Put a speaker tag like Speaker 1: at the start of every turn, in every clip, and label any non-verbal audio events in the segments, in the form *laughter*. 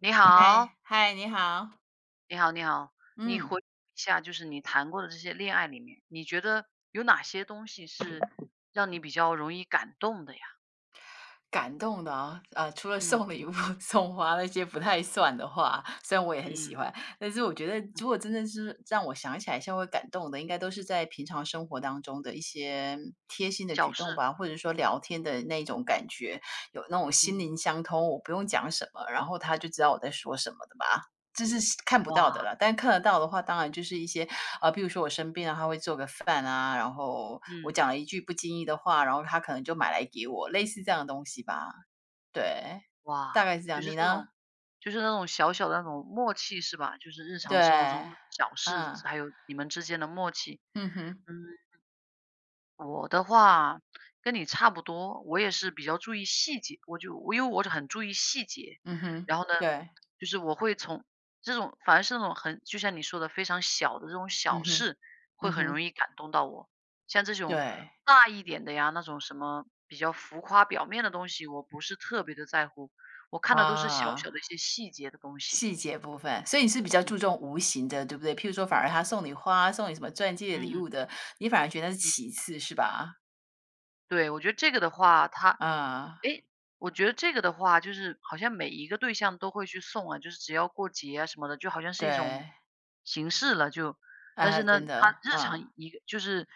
Speaker 1: 你好，
Speaker 2: 嗨，嗨，你好，
Speaker 1: 你好，你好，你
Speaker 2: 嗯，
Speaker 1: 回忆一下，就是你谈过的这些恋爱里面，你觉得有哪些东西是让你比较容易感动的呀？
Speaker 2: 感动的啊，除了
Speaker 1: 嗯
Speaker 2: 送礼物、*laughs* 送花那些不太算的话，虽然我也很
Speaker 1: 嗯
Speaker 2: 喜欢，但是我觉得
Speaker 1: 嗯，
Speaker 2: 如果真的是让我想起来稍微感动的，应该都是在平常生活当中的一些贴心的
Speaker 1: 小
Speaker 2: 举
Speaker 1: 事，
Speaker 2: 动吧，或者说聊天的那种感觉，有那种心
Speaker 1: 嗯，
Speaker 2: 灵相通，我不用讲什么，然后他就知道我在说什么的吧。这是看不到的
Speaker 1: 哇，
Speaker 2: 了，但看得到的话，当然就是一些啊，比如说我生病了，他会做个饭啊，然后我
Speaker 1: 嗯
Speaker 2: 讲了一句不经意的话，然后他可能就买来给我，类似这样的东西吧。对，
Speaker 1: 哇，
Speaker 2: 大概是这
Speaker 1: 就
Speaker 2: 样。
Speaker 1: 是
Speaker 2: 你
Speaker 1: 这
Speaker 2: 呢？
Speaker 1: 种，就是那种小小的那种默契是吧？就是日常生活中
Speaker 2: 对，
Speaker 1: 小事，
Speaker 2: 啊，
Speaker 1: 还有你们之间的默契，
Speaker 2: 嗯哼，
Speaker 1: 嗯。我的话跟你差不多，我也是比较注意细节，我因为我很注意细节，
Speaker 2: 嗯哼，
Speaker 1: 然后呢，
Speaker 2: 对，
Speaker 1: 就是我会从这种反而是那种很就像你说的非常小的这种小
Speaker 2: 嗯哼，
Speaker 1: 事，会
Speaker 2: 嗯
Speaker 1: 很
Speaker 2: 哼，
Speaker 1: 容易感动到我。像这种
Speaker 2: 对，
Speaker 1: 大一点的呀，那种什么比较浮夸表面的东西，我不是特别的在乎，我看的都是小
Speaker 2: 啊，
Speaker 1: 小的一些细节的东西。
Speaker 2: 细节部分，所以你是比较
Speaker 1: 嗯。
Speaker 2: 注重无形的，对不对？譬如说，反而他送你花，送你什么钻戒、礼
Speaker 1: 嗯
Speaker 2: 物的，你反而觉得是
Speaker 1: 嗯，
Speaker 2: 其次，是吧？
Speaker 1: 对，我觉得这个的话，它
Speaker 2: 啊，
Speaker 1: 诶，我觉得这个的话，就是好像每一个对象都会去送啊，就是只要过节啊什么的，就好像是一种
Speaker 2: 对。
Speaker 1: 形式了就。但
Speaker 2: 啊，
Speaker 1: 是呢，
Speaker 2: 真的，
Speaker 1: 他日常
Speaker 2: 嗯，
Speaker 1: 一个就是，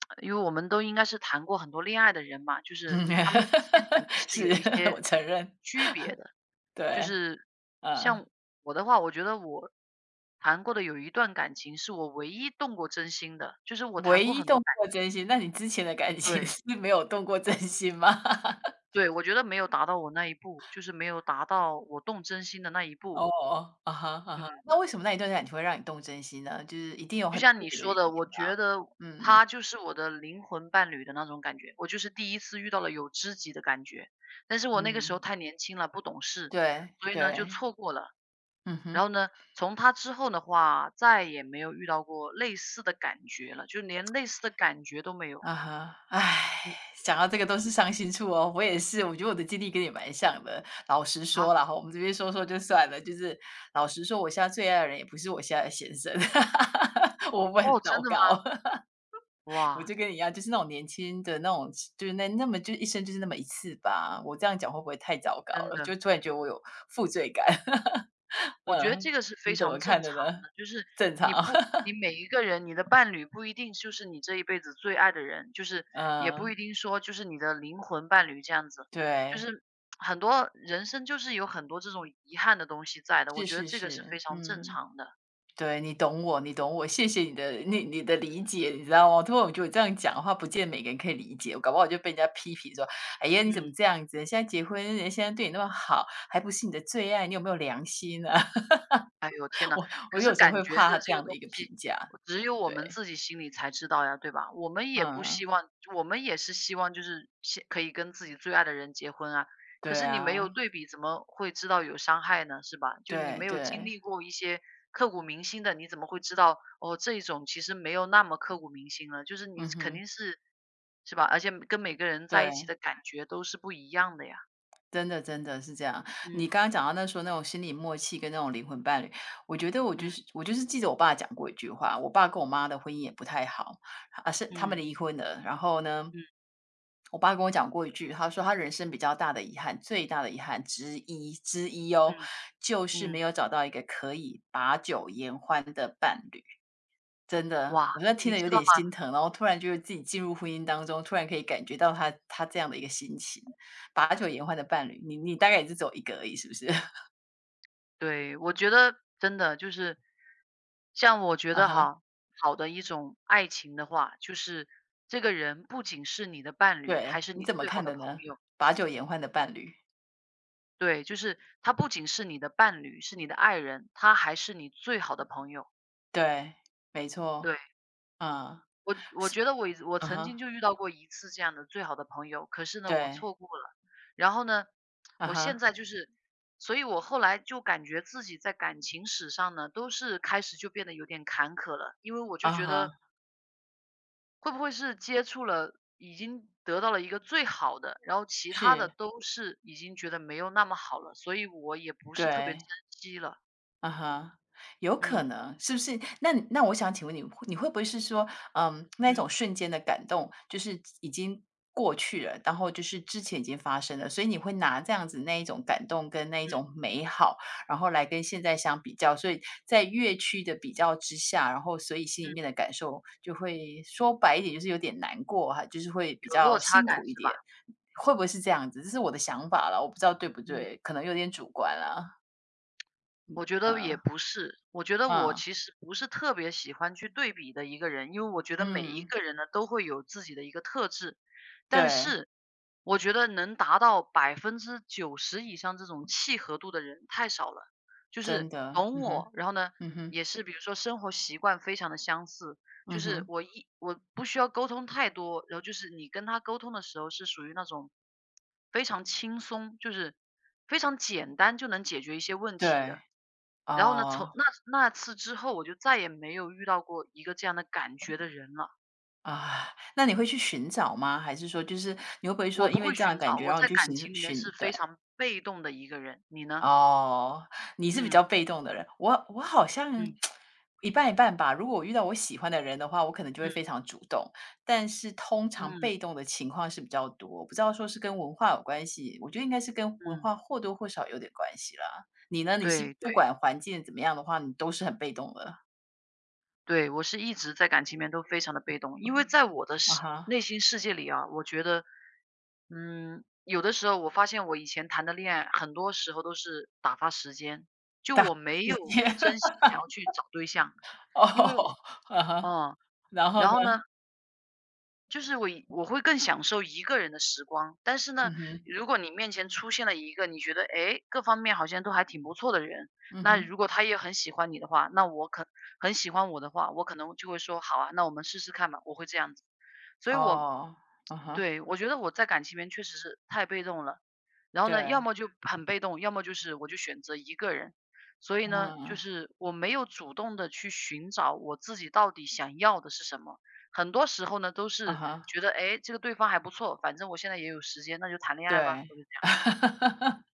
Speaker 1: *tsk* 因为我们都应该是谈过很多恋爱的人嘛，就是他们之间肯定
Speaker 2: *laughs*
Speaker 1: 是
Speaker 2: 是
Speaker 1: 有一
Speaker 2: *laughs*，
Speaker 1: 些
Speaker 2: 我承认，
Speaker 1: 区别的。就
Speaker 2: 对，
Speaker 1: 是
Speaker 2: 嗯，
Speaker 1: 像我的话，我觉得我谈过的有一段感情是我唯一动过真心的，就是我
Speaker 2: 唯
Speaker 1: 谈过
Speaker 2: 一
Speaker 1: 很多
Speaker 2: 动
Speaker 1: 感
Speaker 2: 过
Speaker 1: 情，
Speaker 2: 真心，那你之前的感情 *laughs*
Speaker 1: 对。
Speaker 2: 是没有动过真心吗？*laughs*
Speaker 1: 对，我觉得没有达到我那一步，就是没有达到我动真心的那一步。
Speaker 2: 哦，啊哈，啊
Speaker 1: 嗯，
Speaker 2: 哈，那为什么那一段感情会让你动真心呢？就是一定有
Speaker 1: 就
Speaker 2: 很特
Speaker 1: 像你
Speaker 2: 别的原
Speaker 1: 说的，
Speaker 2: 因，
Speaker 1: 我觉得
Speaker 2: 嗯，
Speaker 1: 他就是我的灵魂伴侣的那种感觉。我就是第一次遇到了有知己的感觉，但是我那个时候
Speaker 2: 嗯，
Speaker 1: 太年轻了，不懂事，
Speaker 2: 对，
Speaker 1: 所以呢就
Speaker 2: 对，
Speaker 1: 错过了。
Speaker 2: 嗯
Speaker 1: 然
Speaker 2: 哼。
Speaker 1: 后呢，从他之后的话，再也没有遇到过类似的感觉了，就连类似的感觉都没有。
Speaker 2: 啊哈，唉，
Speaker 1: 嗯
Speaker 2: 想到这个都是伤心处哦。我也是，我觉得我的经历跟你蛮像的。老实
Speaker 1: 啊，
Speaker 2: 说啦，哈，我们这边说说就算
Speaker 1: 嗯，
Speaker 2: 了，就是老实说，我现在最爱的人也不是我现在的先生，*laughs* 我会很
Speaker 1: 哦，
Speaker 2: 糟
Speaker 1: 真的吗？
Speaker 2: 糕？*laughs* 我
Speaker 1: 哇，
Speaker 2: 就跟你一样，就是那种年轻的那种，就是那么就一生就是那么一次吧。我这样讲会不会太糟糕
Speaker 1: 真
Speaker 2: 了？就
Speaker 1: 的。
Speaker 2: 突然觉得我有负罪感。*laughs*
Speaker 1: 我觉得
Speaker 2: 嗯，
Speaker 1: 这个是非
Speaker 2: 你怎么
Speaker 1: 常
Speaker 2: 看
Speaker 1: 正
Speaker 2: 的
Speaker 1: 常
Speaker 2: 呢？
Speaker 1: 的，就是
Speaker 2: 正
Speaker 1: 你
Speaker 2: 常。
Speaker 1: 不你
Speaker 2: *laughs*
Speaker 1: 每一个人，你的伴侣不一定就是你这一辈子最爱的人，就是也不一
Speaker 2: 嗯，
Speaker 1: 定说就是你的灵魂伴侣这样子，就
Speaker 2: 对，
Speaker 1: 是很多人生就是有很多这种遗憾的东西在的，我
Speaker 2: 是
Speaker 1: 觉得
Speaker 2: 是
Speaker 1: 这个是非
Speaker 2: 是，
Speaker 1: 常正
Speaker 2: 嗯。
Speaker 1: 常的，
Speaker 2: 对，你懂我，你懂我，谢谢你的理解，你知道吗？突然我觉得我这样讲的话，不见得每个人可以理解，我搞不好就被人家批评说：“哎呀，你怎么
Speaker 1: 嗯。
Speaker 2: 这样子？现在结婚，人家现在对你那么好，还不是你的最爱，你有没有良心啊？”
Speaker 1: 哎呦，天
Speaker 2: *laughs*
Speaker 1: 呐，
Speaker 2: 我我
Speaker 1: 可是
Speaker 2: 有时候
Speaker 1: 感
Speaker 2: 会
Speaker 1: 觉的
Speaker 2: 怕他这
Speaker 1: 这个
Speaker 2: 样的一
Speaker 1: 东
Speaker 2: 个评
Speaker 1: 西，
Speaker 2: 价，
Speaker 1: 只有我们
Speaker 2: 对，
Speaker 1: 自己心里才知道呀，对吧？我们也不
Speaker 2: 嗯，
Speaker 1: 希望，我们也是希望就是先可以跟自己最爱的人结婚啊。可
Speaker 2: 对
Speaker 1: 是你没有
Speaker 2: 啊，
Speaker 1: 对比，怎么会知道有伤害呢？是吧？就你
Speaker 2: 对
Speaker 1: 没有经
Speaker 2: 对，
Speaker 1: 历过一些刻骨铭心的，你怎么会知道哦？这一种其实没有那么刻骨铭心了，就是你
Speaker 2: 嗯
Speaker 1: 肯
Speaker 2: 哼，
Speaker 1: 定是，是吧？而且跟每个人在一起的
Speaker 2: 对。
Speaker 1: 感觉都是不一样的呀。
Speaker 2: 真的，真的是这样。你
Speaker 1: 嗯
Speaker 2: 刚刚讲到那时候那种心理默契跟那种灵魂伴侣，我觉得我就
Speaker 1: 嗯
Speaker 2: 是我就是记得我爸讲过一句话，我爸跟我妈的婚姻也不太好，啊是他们
Speaker 1: 嗯
Speaker 2: 离婚了。然后呢，
Speaker 1: 嗯
Speaker 2: 我爸跟我讲过一句，他说他人生比较大的遗憾，最大的遗憾之一
Speaker 1: 嗯
Speaker 2: 哦，就是没
Speaker 1: 嗯，
Speaker 2: 有找到一个可以把酒言欢的伴侣。真的，
Speaker 1: 哇，
Speaker 2: 我现在听
Speaker 1: 你
Speaker 2: 得有
Speaker 1: 知道
Speaker 2: 点
Speaker 1: 吗？
Speaker 2: 心疼，然后突然就是自己进入婚姻当中，突然可以感觉到他这样的一个心情。把酒言欢的伴侣，你大概也是只有一个而已，是不是？*laughs*
Speaker 1: 对，我觉得真的就是，像我觉
Speaker 2: 啊
Speaker 1: 得
Speaker 2: 哈，
Speaker 1: 哈，好的一种爱情的话，就是这个人不仅是你的伴侣，还
Speaker 2: 对，
Speaker 1: 是
Speaker 2: 你
Speaker 1: 你
Speaker 2: 怎么
Speaker 1: 最好
Speaker 2: 看
Speaker 1: 的
Speaker 2: 的
Speaker 1: 朋
Speaker 2: 呢？
Speaker 1: 友。
Speaker 2: 把酒言欢的伴侣，
Speaker 1: 对，就是他不仅是你的伴侣，是你的爱人，他还是你最好的朋友。
Speaker 2: 对，没错，
Speaker 1: 对。
Speaker 2: 啊
Speaker 1: 我觉得我
Speaker 2: 啊
Speaker 1: 曾经
Speaker 2: 哈，
Speaker 1: 就遇到过一次这样的最好的朋友，可是呢，我
Speaker 2: 对，
Speaker 1: 错过了。然后呢，
Speaker 2: 啊
Speaker 1: 我现
Speaker 2: 哈，
Speaker 1: 在就是，所以我后来就感觉自己在感情史上呢，都是开始就变得有点坎坷了，因为我就
Speaker 2: 啊
Speaker 1: 觉得
Speaker 2: 哈，
Speaker 1: 会不会是接触了，已经得到了一个最好的，然后其他的
Speaker 2: 是，
Speaker 1: 都是已经觉得没有那么好了，所以我也不是特别
Speaker 2: 对。
Speaker 1: 珍惜了。
Speaker 2: 啊哈，有可
Speaker 1: 嗯
Speaker 2: 能，是不是？那我想请问你，你会不会是说，嗯，那一种
Speaker 1: 嗯
Speaker 2: 瞬间的感动，就是已经过去了，然后就是之前已经发生了，所以你会拿这样子那一种感动跟那一
Speaker 1: 嗯
Speaker 2: 种美好，然后来跟现在相比较，所以在乐区的比较之下，然后所以心
Speaker 1: 嗯，
Speaker 2: 里面的感受就会说白一点，就是有点难过哈，就是会比
Speaker 1: 有
Speaker 2: 较
Speaker 1: 落差
Speaker 2: 辛
Speaker 1: 感
Speaker 2: 苦一
Speaker 1: 是吧？
Speaker 2: 点，会不会是这样子？这是我的想法了，我不知道对不
Speaker 1: 嗯。
Speaker 2: 对，可能有点主观了，
Speaker 1: 我觉得也
Speaker 2: 嗯
Speaker 1: 不是，我觉得我
Speaker 2: 嗯。
Speaker 1: 其实不是特别喜欢去对比的一个人，因为我觉得每一
Speaker 2: 嗯，
Speaker 1: 个人呢都会有自己的一个特质，但
Speaker 2: 对，
Speaker 1: 是我觉得能达到90%以上这种契合度的人太少了，就
Speaker 2: 真
Speaker 1: 是
Speaker 2: 的，
Speaker 1: 懂
Speaker 2: 嗯哼，
Speaker 1: 我，然后呢
Speaker 2: 嗯哼，
Speaker 1: 也是比如说生活习惯非常的相似，就
Speaker 2: 嗯
Speaker 1: 是
Speaker 2: 哼，
Speaker 1: 我不需要沟通太多，然后就是你跟他沟通的时候是属于那种非常轻松，就是非常简单就能解决一些问题的。
Speaker 2: 对，
Speaker 1: 然后呢，从
Speaker 2: 哦，
Speaker 1: 那那次之后，我就再也没有遇到过一个这样的感觉的人了。
Speaker 2: 啊，那你会去寻找吗？还是说就是你会不会
Speaker 1: 我
Speaker 2: 说因
Speaker 1: 不
Speaker 2: 为
Speaker 1: 会
Speaker 2: 这样的
Speaker 1: 寻
Speaker 2: 感
Speaker 1: 找，
Speaker 2: 觉，
Speaker 1: 我
Speaker 2: 然后你
Speaker 1: 在
Speaker 2: 去
Speaker 1: 感
Speaker 2: 寻
Speaker 1: 情里面是
Speaker 2: 寻对
Speaker 1: 非常被动的一个人。你呢？
Speaker 2: 哦，你是比较
Speaker 1: 嗯
Speaker 2: 被动的人，我好像
Speaker 1: 嗯
Speaker 2: 一半一半吧。如果我遇到我喜欢的人的话，我可能就会
Speaker 1: 嗯
Speaker 2: 非常主动，但是通常
Speaker 1: 嗯
Speaker 2: 被动的情况是比较多。不知道说是跟文化有关系，我觉得应该是跟文
Speaker 1: 嗯，
Speaker 2: 化或多或少有点关系啦。你呢？你是
Speaker 1: 对
Speaker 2: 不
Speaker 1: 对
Speaker 2: 管环境怎么样的话，你都是很被动的。
Speaker 1: 对，我是一直在感情里面都非常的被动，因为在我的
Speaker 2: 啊
Speaker 1: 世
Speaker 2: 哈，
Speaker 1: 内心世界里啊，我觉得，嗯，有的时候我发现我以前谈的恋爱，很多时候都是打发时间，就我没
Speaker 2: 直
Speaker 1: 有
Speaker 2: 接
Speaker 1: 真心想要去找对象，
Speaker 2: *laughs* 哦，
Speaker 1: 因为
Speaker 2: 啊哈，
Speaker 1: 嗯，
Speaker 2: 然后呢？
Speaker 1: 然后呢，就是我会更享受一个人的时光，但是
Speaker 2: 嗯
Speaker 1: 呢，
Speaker 2: 哼，
Speaker 1: 如果你面前出现了一个你觉得，诶，各方面好像都还挺不错的人，
Speaker 2: 嗯
Speaker 1: 那
Speaker 2: 哼，
Speaker 1: 如果他也很喜欢你的话，那我可很喜欢我的话，我可能就会说好啊，那我们试试看吧，我会这样子。所以我
Speaker 2: 哦，啊哈，
Speaker 1: 对，我觉得我在感情里面确实是太被动了，然后呢，要
Speaker 2: 对，
Speaker 1: 么就很被动，要么就是我就选择一个人。所以呢，就
Speaker 2: 嗯，
Speaker 1: 是我没有主动的去寻找我自己到底想要的是什么。很多时候呢，都
Speaker 2: 啊
Speaker 1: 是
Speaker 2: 哈，
Speaker 1: 觉得，哎，这个对方还不错，反正我现在也有时间，那就谈恋爱吧，
Speaker 2: 对。
Speaker 1: 我就这样。
Speaker 2: *laughs*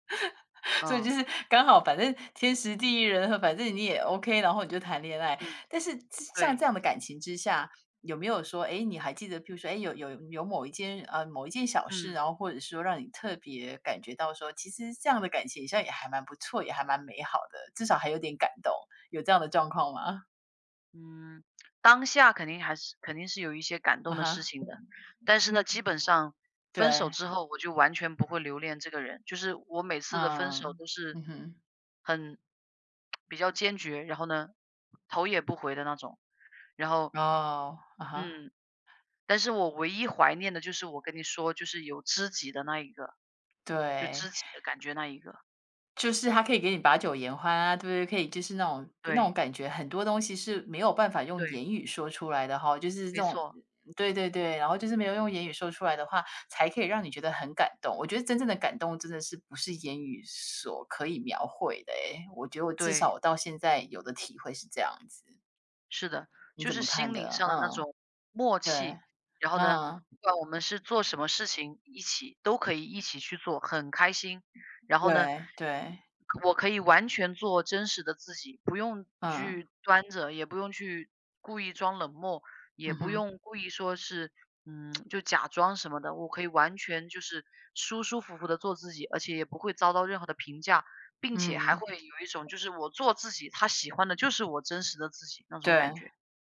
Speaker 2: 所以就
Speaker 1: 嗯，
Speaker 2: 是刚好，反正天时地利人和，反正你也 OK，然后你就谈恋爱。
Speaker 1: 嗯，
Speaker 2: 但是这像这
Speaker 1: 对，
Speaker 2: 样的感情之下，有没有说，哎，你还记得，譬如说，哎，有某一件小事，
Speaker 1: 嗯，
Speaker 2: 然后或者是说让你特别感觉到说，其实这样的感情好像也还蛮不错，也还蛮美好的，至少还有点感动，有这样的状况吗？
Speaker 1: 嗯，当下肯定是有一些感
Speaker 2: 啊
Speaker 1: 动的事
Speaker 2: 哈，
Speaker 1: 情的，但是呢，基本上分
Speaker 2: 对，
Speaker 1: 手之后，我就完全不会留恋这个人，就是我每次的分手
Speaker 2: 嗯，
Speaker 1: 都是
Speaker 2: 嗯哼，
Speaker 1: 很比较坚决，然后呢，头也不回的那种。然后，
Speaker 2: 哦，啊哈，
Speaker 1: 嗯，但是我唯一怀念的就是我跟你说，就是有知己的那一个。就
Speaker 2: 对。
Speaker 1: 知己的感觉那一个，
Speaker 2: 就是他可以给你把酒言欢啊，对不对？可以就是那种
Speaker 1: 对，
Speaker 2: 感觉，很多东西是没有办法用
Speaker 1: 对，
Speaker 2: 言语说出来的哈，就是这
Speaker 1: 没
Speaker 2: 种
Speaker 1: 错，
Speaker 2: 对对对，然后就是没有用言语说出来的话，才可以让你觉得很感动。我觉得真正的感动真的是不是言语所可以描绘的诶，我觉得我至少
Speaker 1: 对，
Speaker 2: 我到现在有的体会是这样子，
Speaker 1: 是的，
Speaker 2: 你
Speaker 1: 就
Speaker 2: 怎
Speaker 1: 是
Speaker 2: 么看
Speaker 1: 心灵
Speaker 2: 的？
Speaker 1: 上的那
Speaker 2: 嗯，
Speaker 1: 种默
Speaker 2: 对，
Speaker 1: 契。然后呢，
Speaker 2: 嗯，
Speaker 1: 不管我们是做什么事情，一起都可以一起去做，很开心。然后呢，
Speaker 2: 对对，
Speaker 1: 我可以完全做真实的自己，不用
Speaker 2: 嗯，
Speaker 1: 去端着，也不用去故意装冷漠，也
Speaker 2: 嗯
Speaker 1: 不
Speaker 2: 哼，
Speaker 1: 用故意说是，嗯，就假装什么的。我可以完全就是舒舒服服的做自己，而且也不会遭到任何的评价。并且还
Speaker 2: 嗯，
Speaker 1: 会有一种就是我做自己，他喜欢的就是我真实的自己那种
Speaker 2: 对。
Speaker 1: 感觉。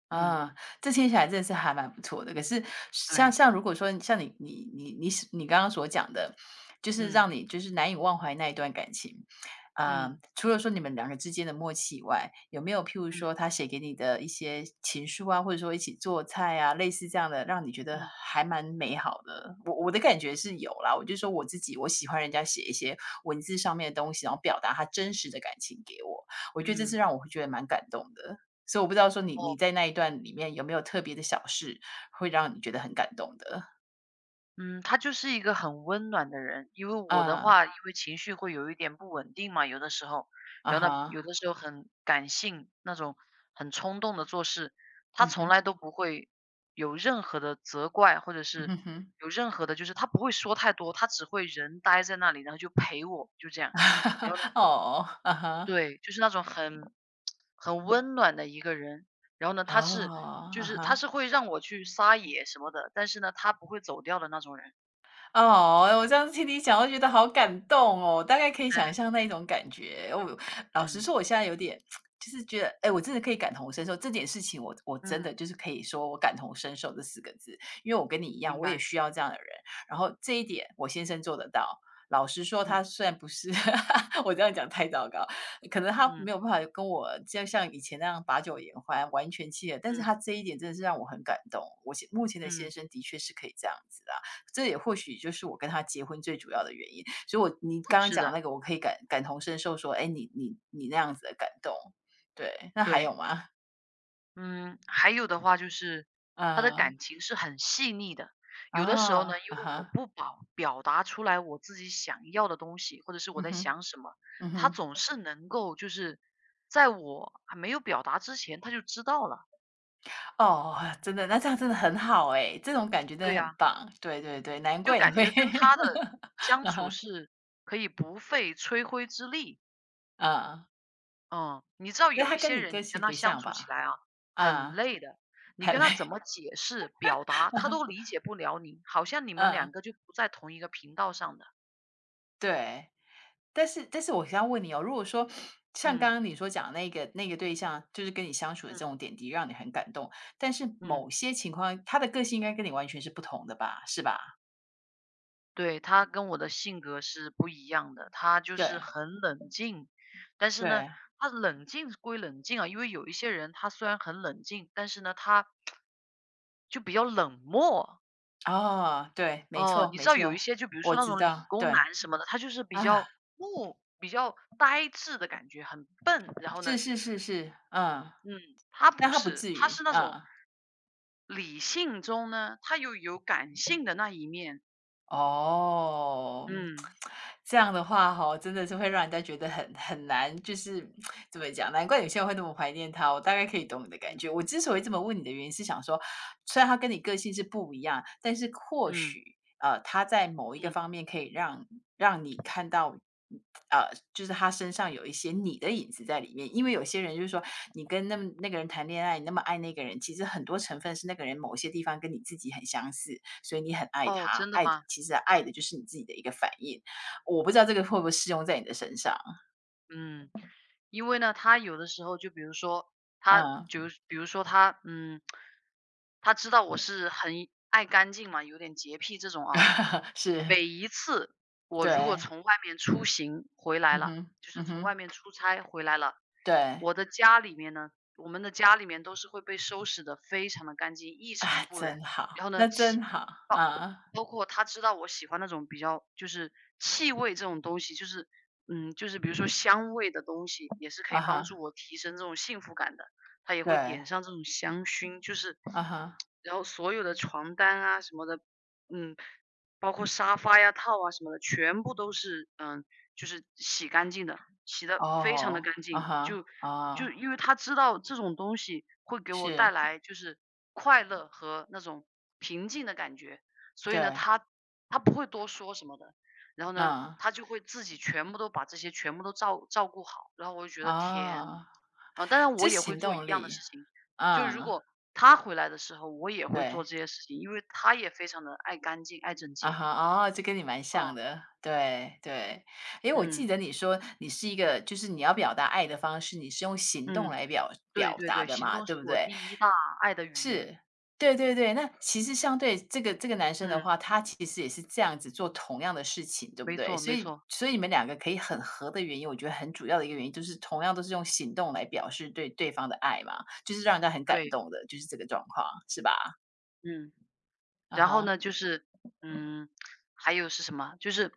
Speaker 1: 嗯，
Speaker 2: 啊，这听起来真的是还蛮不错的。可是像
Speaker 1: 对，
Speaker 2: 像如果说像你刚刚所讲的，就是
Speaker 1: 嗯
Speaker 2: 让你就是难以忘怀那一段感情，啊、
Speaker 1: 嗯
Speaker 2: 除了说你们两个之间的默契以外，有没有譬如说
Speaker 1: 嗯
Speaker 2: 他写给你的一些情书啊，或者说一起做菜啊，类似这样的，让你觉得
Speaker 1: 嗯
Speaker 2: 还蛮美好的？我的感觉是有啦，我就说我自己我喜欢人家写一些文字上面的东西，然后表达他真实的感情给我，我觉得这是
Speaker 1: 嗯，
Speaker 2: 让我会觉得蛮感动的。所以我不知道说你
Speaker 1: 哦，
Speaker 2: 你在那一段里面有没有特别的小事，会让你觉得很感动的？
Speaker 1: 嗯，他就是一个很温暖的人。因为我的
Speaker 2: 啊，
Speaker 1: 话，因为情绪会有一点不稳定嘛，有的时候，
Speaker 2: 啊
Speaker 1: 然后呢，
Speaker 2: 哈，
Speaker 1: 有的时候很感性，那种很冲动的做事，他
Speaker 2: 嗯
Speaker 1: 从
Speaker 2: 哼，
Speaker 1: 来都不会有任何的责怪，或者
Speaker 2: 嗯
Speaker 1: 是
Speaker 2: 哼嗯哼。
Speaker 1: 有任何的，就是他不会说太多，他只会人待在那里，然后就陪我，就这样。然后
Speaker 2: *laughs* 哦，啊哈，
Speaker 1: 对，就是那种很温暖的一个人。然后呢，
Speaker 2: 哦，啊
Speaker 1: 他
Speaker 2: 哈。
Speaker 1: 是会让我去撒野什么的，但是呢，他不会走掉的那种人。
Speaker 2: 哦，我这样听你讲，我觉得好感动哦。大概可以
Speaker 1: *laughs*
Speaker 2: 想
Speaker 1: 嗯
Speaker 2: 象那一种感觉。我老实
Speaker 1: 嗯
Speaker 2: 说，我现在有点 *tsk* 就是觉得，哎，我真的可以感同身受这件事情我真的
Speaker 1: 嗯，
Speaker 2: 就是可以说我感同身受这四个字，因为我跟你一样，
Speaker 1: 明
Speaker 2: 我也
Speaker 1: 白。
Speaker 2: 需要这样的人。然后这一点，我先生做得到。老实说，
Speaker 1: 嗯
Speaker 2: 他虽然不是 *laughs* 我这样讲太糟糕，可能他
Speaker 1: 嗯
Speaker 2: 没有办法跟我就像以前那样把酒言欢、完全契合，但
Speaker 1: 嗯
Speaker 2: 是他这一点真的是让我很感动。我现目前的先
Speaker 1: 嗯，
Speaker 2: 生的确是可以这样子啊。这也或许就是我跟他结婚最主要的原因。所以我你刚刚
Speaker 1: 是
Speaker 2: 讲的
Speaker 1: 的，
Speaker 2: 那个，我可以感同身受，说，哎，你那样子的感动，对。那还有
Speaker 1: 对。
Speaker 2: 吗？
Speaker 1: 嗯，还有的话就是他的
Speaker 2: 啊，
Speaker 1: 感情是很细腻的。有的时候呢，
Speaker 2: 啊，
Speaker 1: 因
Speaker 2: 啊
Speaker 1: 为我
Speaker 2: 哈，
Speaker 1: 不保表达出来我自己想要的东西，或者是我
Speaker 2: 嗯
Speaker 1: 在
Speaker 2: 哼，
Speaker 1: 想什么，
Speaker 2: 嗯
Speaker 1: 他
Speaker 2: 哼，
Speaker 1: 总是能够就是在我还没有表达之前，他就知道了。
Speaker 2: 哦，真的，那这样真的很好哎，这种感觉真
Speaker 1: 对
Speaker 2: 的很
Speaker 1: 呀，
Speaker 2: 棒。对对对，难
Speaker 1: 就
Speaker 2: 怪你
Speaker 1: 感
Speaker 2: 会
Speaker 1: 觉跟他的
Speaker 2: *laughs*
Speaker 1: 相处是可以不费吹灰之力。
Speaker 2: 啊，
Speaker 1: 嗯，你知道
Speaker 2: 因为
Speaker 1: 有
Speaker 2: 他
Speaker 1: 一
Speaker 2: 跟
Speaker 1: 些
Speaker 2: 你
Speaker 1: 人，
Speaker 2: 个
Speaker 1: 你
Speaker 2: 性
Speaker 1: 跟他
Speaker 2: 不
Speaker 1: 相
Speaker 2: 像
Speaker 1: 处起
Speaker 2: 吧？
Speaker 1: 来啊，很
Speaker 2: 啊，
Speaker 1: 累的。你
Speaker 2: 很
Speaker 1: 跟
Speaker 2: 累，
Speaker 1: 他怎么解释、表达，他都理
Speaker 2: *laughs*
Speaker 1: 解不了你，好像你们两
Speaker 2: 嗯，
Speaker 1: 个就不在同一个频道上的。
Speaker 2: 对。但是我想要问你哦，如果说像刚
Speaker 1: 嗯
Speaker 2: 刚你所讲的那个对象，就是跟你相处的这种
Speaker 1: 嗯
Speaker 2: 点滴让你很感动，但是
Speaker 1: 嗯，
Speaker 2: 某些情况他的个性应该跟你完全是不同的吧？是吧？
Speaker 1: 对，他跟我的性格是不一样的，他就
Speaker 2: 对
Speaker 1: 是很冷静，但是呢，
Speaker 2: 对，
Speaker 1: 他冷静归冷静啊，因为有一些人他虽然很冷静，但是呢，他就比较冷漠。
Speaker 2: 哦，对，没
Speaker 1: 哦，
Speaker 2: 错
Speaker 1: 你
Speaker 2: 没
Speaker 1: 知道有一
Speaker 2: 错，
Speaker 1: 些就比如
Speaker 2: 我
Speaker 1: 说那
Speaker 2: 知
Speaker 1: 种理
Speaker 2: 道，
Speaker 1: 工
Speaker 2: 对，
Speaker 1: 男什么的，他就是比
Speaker 2: 啊，
Speaker 1: 较木、比较呆滞的感觉，很笨。然后
Speaker 2: 是
Speaker 1: 呢，
Speaker 2: 是是是，嗯，
Speaker 1: 嗯，他
Speaker 2: 但
Speaker 1: 不
Speaker 2: 他不
Speaker 1: 是，
Speaker 2: 至
Speaker 1: 他
Speaker 2: 于，
Speaker 1: 是那种
Speaker 2: 嗯。
Speaker 1: 理性中呢，他又有感性的那一面。
Speaker 2: 哦，
Speaker 1: 嗯
Speaker 2: 这样的话哈，真的是会让人家觉得很难，就是怎么讲？难怪有些人会那么怀念他，我大概可以懂你的感
Speaker 1: 嗯
Speaker 2: 觉。我之所以这么问你的原因是想说，虽然他跟你个性是不一样，但是或
Speaker 1: 嗯
Speaker 2: 许，他在某一个
Speaker 1: 嗯，
Speaker 2: 方面可以让你看到，就是他身上有一些你的影子在里面。因为有些人就是说，你跟那个人谈恋爱，你那么爱那个人，其实很多成分是那个人某些地方跟你自己很相似。所以你很爱
Speaker 1: 哦，
Speaker 2: 他，
Speaker 1: 真的
Speaker 2: 爱的
Speaker 1: 吗？
Speaker 2: 其实爱的就是你自己的一个反应。我不知道这个会不会适用在你的身上，
Speaker 1: 嗯。因为呢，他有的时候就比如说他
Speaker 2: 嗯，
Speaker 1: 就比如说他，嗯，他知道我是很爱干净嘛，有点洁癖这种啊。
Speaker 2: *laughs* 是，
Speaker 1: 每一次我如果
Speaker 2: 对，
Speaker 1: 从外面出行回来
Speaker 2: 嗯
Speaker 1: 了，
Speaker 2: 哼，
Speaker 1: 就是
Speaker 2: 嗯
Speaker 1: 从外
Speaker 2: 哼，
Speaker 1: 面出差回来了，
Speaker 2: 对，
Speaker 1: 我的家里面呢，我们的家里面都是会被收拾的非常的干净，一
Speaker 2: 啊，
Speaker 1: 尘不染。
Speaker 2: 真好，
Speaker 1: 然后呢，
Speaker 2: 那真好，
Speaker 1: 包
Speaker 2: 啊，
Speaker 1: 包括他知道我喜欢那种比较就是气味这种东西，就是嗯，就是比如说香味的东西，也是可
Speaker 2: 啊
Speaker 1: 以帮助
Speaker 2: 哈，
Speaker 1: 我提升这种幸福感的。他也会
Speaker 2: 对，
Speaker 1: 点上这种香薰，就是
Speaker 2: 啊哈，
Speaker 1: 然后所有的床单啊什么的，嗯，包括沙发呀、套啊什么的，全部都是，嗯，就是洗干净的。洗得非常的
Speaker 2: 哦，
Speaker 1: 干
Speaker 2: 啊
Speaker 1: 净，就
Speaker 2: 哈，啊，
Speaker 1: 就因为他知道这种东西会给我带
Speaker 2: 是，
Speaker 1: 来就是快乐和那种平静的感觉，所以呢，
Speaker 2: 对，
Speaker 1: 他不会多说什么的。然后呢，
Speaker 2: 嗯，
Speaker 1: 他就会自己全部都把这些全部都照顾好，然后我就觉得天呐，
Speaker 2: 啊，
Speaker 1: 啊，当然
Speaker 2: 这
Speaker 1: 我也会
Speaker 2: 行
Speaker 1: 做一
Speaker 2: 动
Speaker 1: 样的
Speaker 2: 力，
Speaker 1: 事情，就如
Speaker 2: 嗯，
Speaker 1: 果他回来的时候，我也会做
Speaker 2: 对。
Speaker 1: 这些事情，因为他也非常的爱干净、爱整
Speaker 2: 啊
Speaker 1: 洁，
Speaker 2: 哈，哦，这跟你蛮像
Speaker 1: 嗯，
Speaker 2: 的，对对。诶，我记
Speaker 1: 嗯，
Speaker 2: 得你说你是一个就是你要表达爱的方式，你是用行动
Speaker 1: 嗯，
Speaker 2: 来表
Speaker 1: 对
Speaker 2: 表
Speaker 1: 对
Speaker 2: 达
Speaker 1: 对，
Speaker 2: 的
Speaker 1: 行
Speaker 2: 嘛，
Speaker 1: 动是
Speaker 2: 对不
Speaker 1: 我
Speaker 2: 对？
Speaker 1: 第一大爱的语言。
Speaker 2: 是，对对对。那其实相对这个男生的
Speaker 1: 嗯，
Speaker 2: 话，他其实也是这样子做同样的事情，对不
Speaker 1: 没
Speaker 2: 对？
Speaker 1: 错
Speaker 2: 所
Speaker 1: 没
Speaker 2: 以
Speaker 1: 错，
Speaker 2: 所以你们两个可以很合的原因，我觉得很主要的一个原因就是同样都是用行动来表示对方的爱嘛，就是让人家很感
Speaker 1: 对，
Speaker 2: 动的，就是这个状况，是吧？
Speaker 1: 嗯。
Speaker 2: 啊
Speaker 1: 然后
Speaker 2: 哈，
Speaker 1: 呢，就是嗯，还有是什么？就是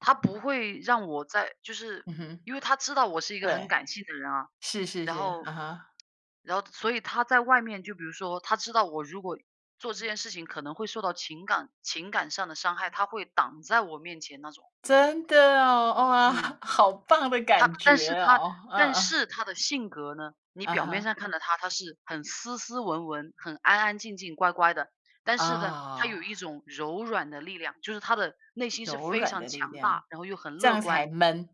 Speaker 1: 他不会让我在就是
Speaker 2: 嗯哼，
Speaker 1: 因为他知道我是一个很
Speaker 2: 对，
Speaker 1: 感性的人啊，
Speaker 2: 是是
Speaker 1: 然
Speaker 2: 是，啊
Speaker 1: 后
Speaker 2: 哈。
Speaker 1: 所以他在外面就比如说，他知道我如果做这件事情可能会受到情感上的伤害，他会挡在我面前那种。
Speaker 2: 真的哦，哇，*laughs*
Speaker 1: 嗯。
Speaker 2: 好棒的
Speaker 1: 他
Speaker 2: 感
Speaker 1: 但
Speaker 2: 觉
Speaker 1: 是他
Speaker 2: 哦，嗯，
Speaker 1: 但
Speaker 2: 嗯
Speaker 1: 是他的性格呢，你
Speaker 2: 啊
Speaker 1: 表面
Speaker 2: 哈，
Speaker 1: 上看到他，他是很斯斯文文、很安安静静、乖乖的，但是呢，他
Speaker 2: 啊，
Speaker 1: 有一种柔软的力量，就是他的内心是
Speaker 2: 柔
Speaker 1: 非
Speaker 2: 软
Speaker 1: 常
Speaker 2: 的力
Speaker 1: 强
Speaker 2: 量，
Speaker 1: 大，然后又很
Speaker 2: 这
Speaker 1: 乐
Speaker 2: 样才
Speaker 1: 观。
Speaker 2: 闷。